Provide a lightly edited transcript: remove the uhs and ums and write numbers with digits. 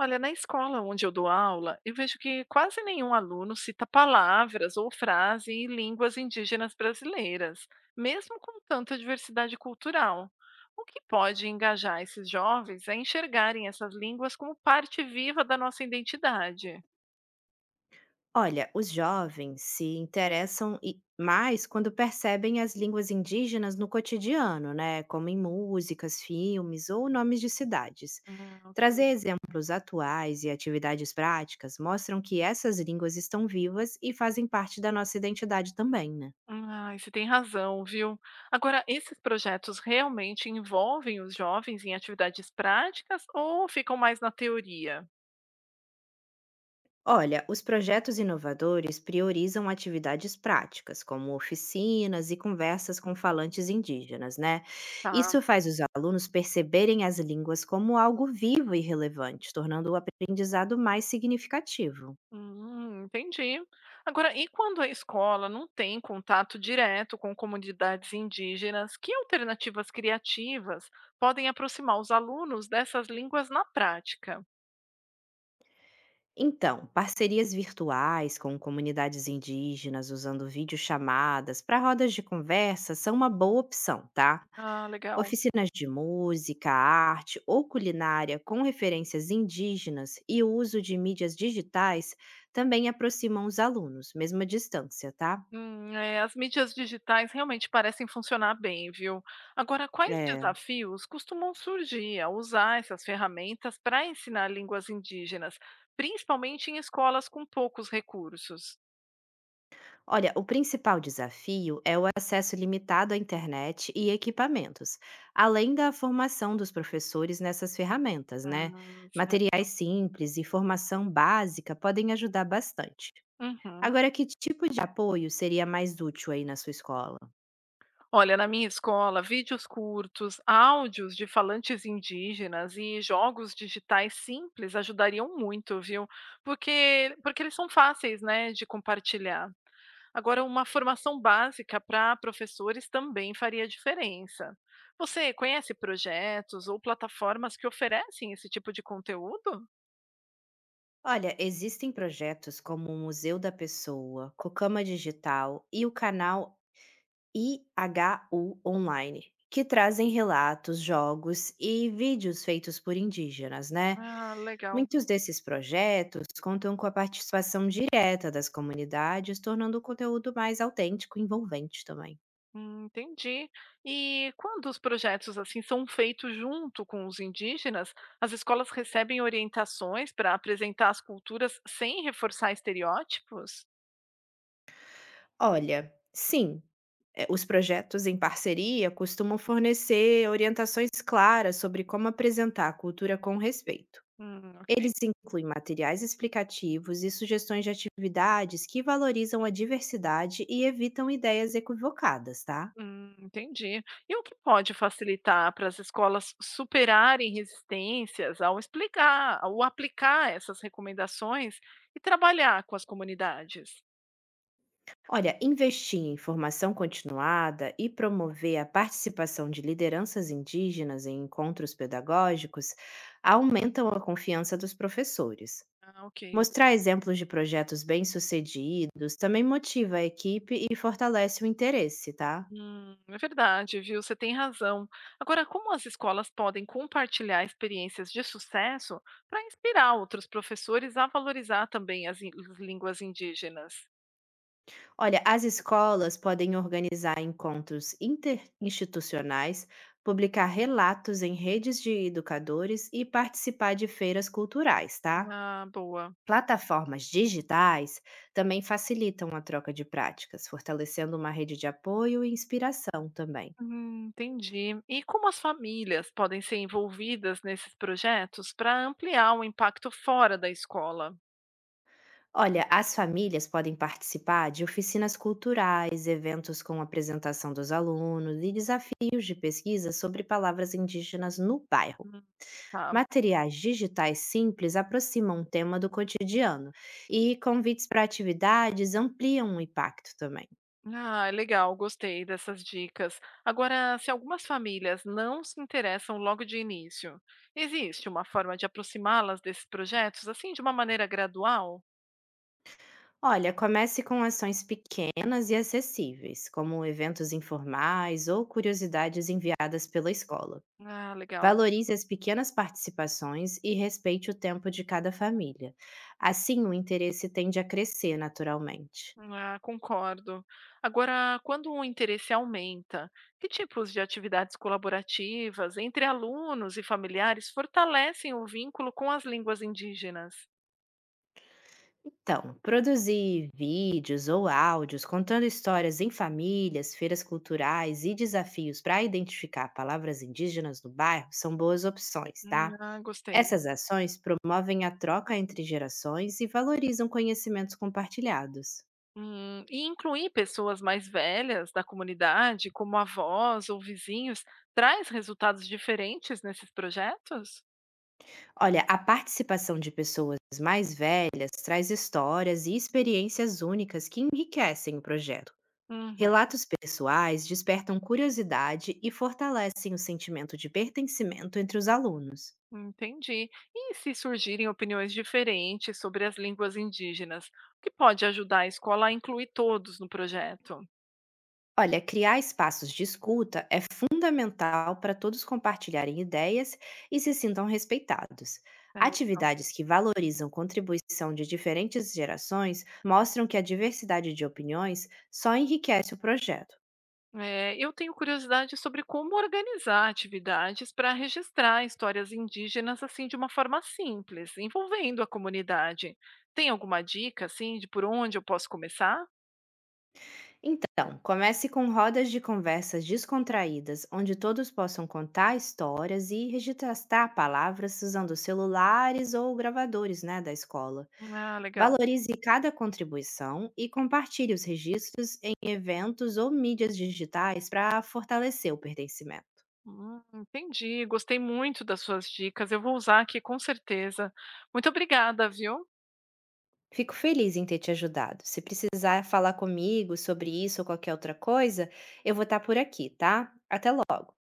Olha, na escola onde eu dou aula, eu vejo que quase nenhum aluno cita palavras ou frases em línguas indígenas brasileiras, mesmo com tanta diversidade cultural. O que pode engajar esses jovens a enxergarem essas línguas como parte viva da nossa identidade? Olha, os jovens se interessam mais quando percebem as línguas indígenas no cotidiano, né? Como em músicas, filmes ou nomes de cidades. Não, Trazer exemplos atuais e atividades práticas mostram que essas línguas estão vivas e fazem parte da nossa identidade também, né? ah, você tem razão, viu? Agora, esses projetos realmente envolvem os jovens em atividades práticas ou ficam mais na teoria? Olha, os projetos inovadores priorizam atividades práticas, como oficinas e conversas com falantes indígenas, né? Tá. Isso faz os alunos perceberem as línguas como algo vivo e relevante, tornando o aprendizado mais significativo. Entendi. Agora, e quando a escola não tem contato direto com comunidades indígenas, que alternativas criativas podem aproximar os alunos dessas línguas na prática? Então, parcerias virtuais com comunidades indígenas usando videochamadas para rodas de conversa são uma boa opção, tá? Ah, legal. Oficinas de música, arte ou culinária com referências indígenas e o uso de mídias digitais também aproximam os alunos, mesmo à distância, tá? É, as mídias digitais realmente parecem funcionar bem, viu? Agora, quais É. desafios costumam surgir ao usar essas ferramentas para ensinar línguas indígenas, principalmente em escolas com poucos recursos? Olha, o principal desafio é o acesso limitado à internet e equipamentos, além da formação dos professores nessas ferramentas, né? Ah, certo. Materiais simples e formação básica podem ajudar bastante. Uhum. Agora, que tipo de apoio seria mais útil aí na sua escola? Olha, na minha escola, vídeos curtos, áudios de falantes indígenas e jogos digitais simples ajudariam muito, viu? Porque eles são fáceis, né, de compartilhar. Agora, uma formação básica para professores também faria diferença. Você conhece projetos ou plataformas que oferecem esse tipo de conteúdo? Olha, existem projetos como o Museu da Pessoa, Cocama Digital e o canal IHU Online, que trazem relatos, jogos e vídeos feitos por indígenas, né? Ah, legal. Muitos desses projetos contam com a participação direta das comunidades, tornando o conteúdo mais autêntico e envolvente também. Entendi. E quando os projetos assim são feitos junto com os indígenas, as escolas recebem orientações para apresentar as culturas sem reforçar estereótipos? Olha, sim. Os projetos em parceria costumam fornecer orientações claras sobre como apresentar a cultura com respeito. Ok. Eles incluem materiais explicativos e sugestões de atividades que valorizam a diversidade e evitam ideias equivocadas, tá? Entendi. E o que pode facilitar para as escolas superarem resistências ao explicar, ao aplicar essas recomendações e trabalhar com as comunidades? Olha, investir em formação continuada e promover a participação de lideranças indígenas em encontros pedagógicos aumentam a confiança dos professores. Ah, ok. Mostrar exemplos de projetos bem-sucedidos também motiva a equipe e fortalece o interesse, tá? É verdade, viu? Você tem razão. Agora, como as escolas podem compartilhar experiências de sucesso para inspirar outros professores a valorizar também as línguas indígenas? Olha, as escolas podem organizar encontros interinstitucionais, publicar relatos em redes de educadores e participar de feiras culturais, tá? Ah, boa. Plataformas digitais também facilitam a troca de práticas, fortalecendo uma rede de apoio e inspiração também. Entendi. E como as famílias podem ser envolvidas nesses projetos para ampliar o impacto fora da escola? Olha, as famílias podem participar de oficinas culturais, eventos com apresentação dos alunos e desafios de pesquisa sobre palavras indígenas no bairro. Hum, tá. Materiais digitais simples aproximam o tema do cotidiano e convites para atividades ampliam o impacto também. Ah, legal, gostei dessas dicas. Agora, se algumas famílias não se interessam logo de início, existe uma forma de aproximá-las desses projetos, assim, de uma maneira gradual? Olha, comece com ações pequenas e acessíveis, como eventos informais ou curiosidades enviadas pela escola. Ah, legal. Valorize as pequenas participações e respeite o tempo de cada família. Assim, o interesse tende a crescer naturalmente. Ah, concordo. Agora, quando o interesse aumenta, que tipos de atividades colaborativas entre alunos e familiares fortalecem o vínculo com as línguas indígenas? Então, produzir vídeos ou áudios contando histórias em famílias, feiras culturais e desafios para identificar palavras indígenas no bairro são boas opções, tá? Ah, gostei. Essas ações promovem a troca entre gerações e valorizam conhecimentos compartilhados. E incluir pessoas mais velhas da comunidade, como avós ou vizinhos, traz resultados diferentes nesses projetos? Olha, a participação de pessoas mais velhas traz histórias e experiências únicas que enriquecem o projeto. Uhum, Relatos pessoais despertam curiosidade e fortalecem o sentimento de pertencimento entre os alunos. entendi. E se surgirem opiniões diferentes sobre as línguas indígenas, o que pode ajudar a escola a incluir todos no projeto? Olha, criar espaços de escuta é fundamental para todos compartilharem ideias e se sintam respeitados. Certo. Atividades que valorizam contribuição de diferentes gerações mostram que a diversidade de opiniões só enriquece o projeto. É, eu tenho curiosidade sobre como organizar atividades para registrar histórias indígenas assim de uma forma simples, envolvendo a comunidade. Tem alguma dica assim de por onde eu posso começar? Então, comece com rodas de conversas descontraídas, onde todos possam contar histórias e registrar palavras usando celulares ou gravadores, né, da escola. Ah, legal. Valorize cada contribuição e compartilhe os registros em eventos ou mídias digitais para fortalecer o pertencimento. Entendi. Gostei muito das suas dicas. Eu vou usar aqui com certeza. Muito obrigada, viu? Fico feliz em ter te ajudado. Se precisar falar comigo sobre isso ou qualquer outra coisa, eu vou estar por aqui, tá? Até logo!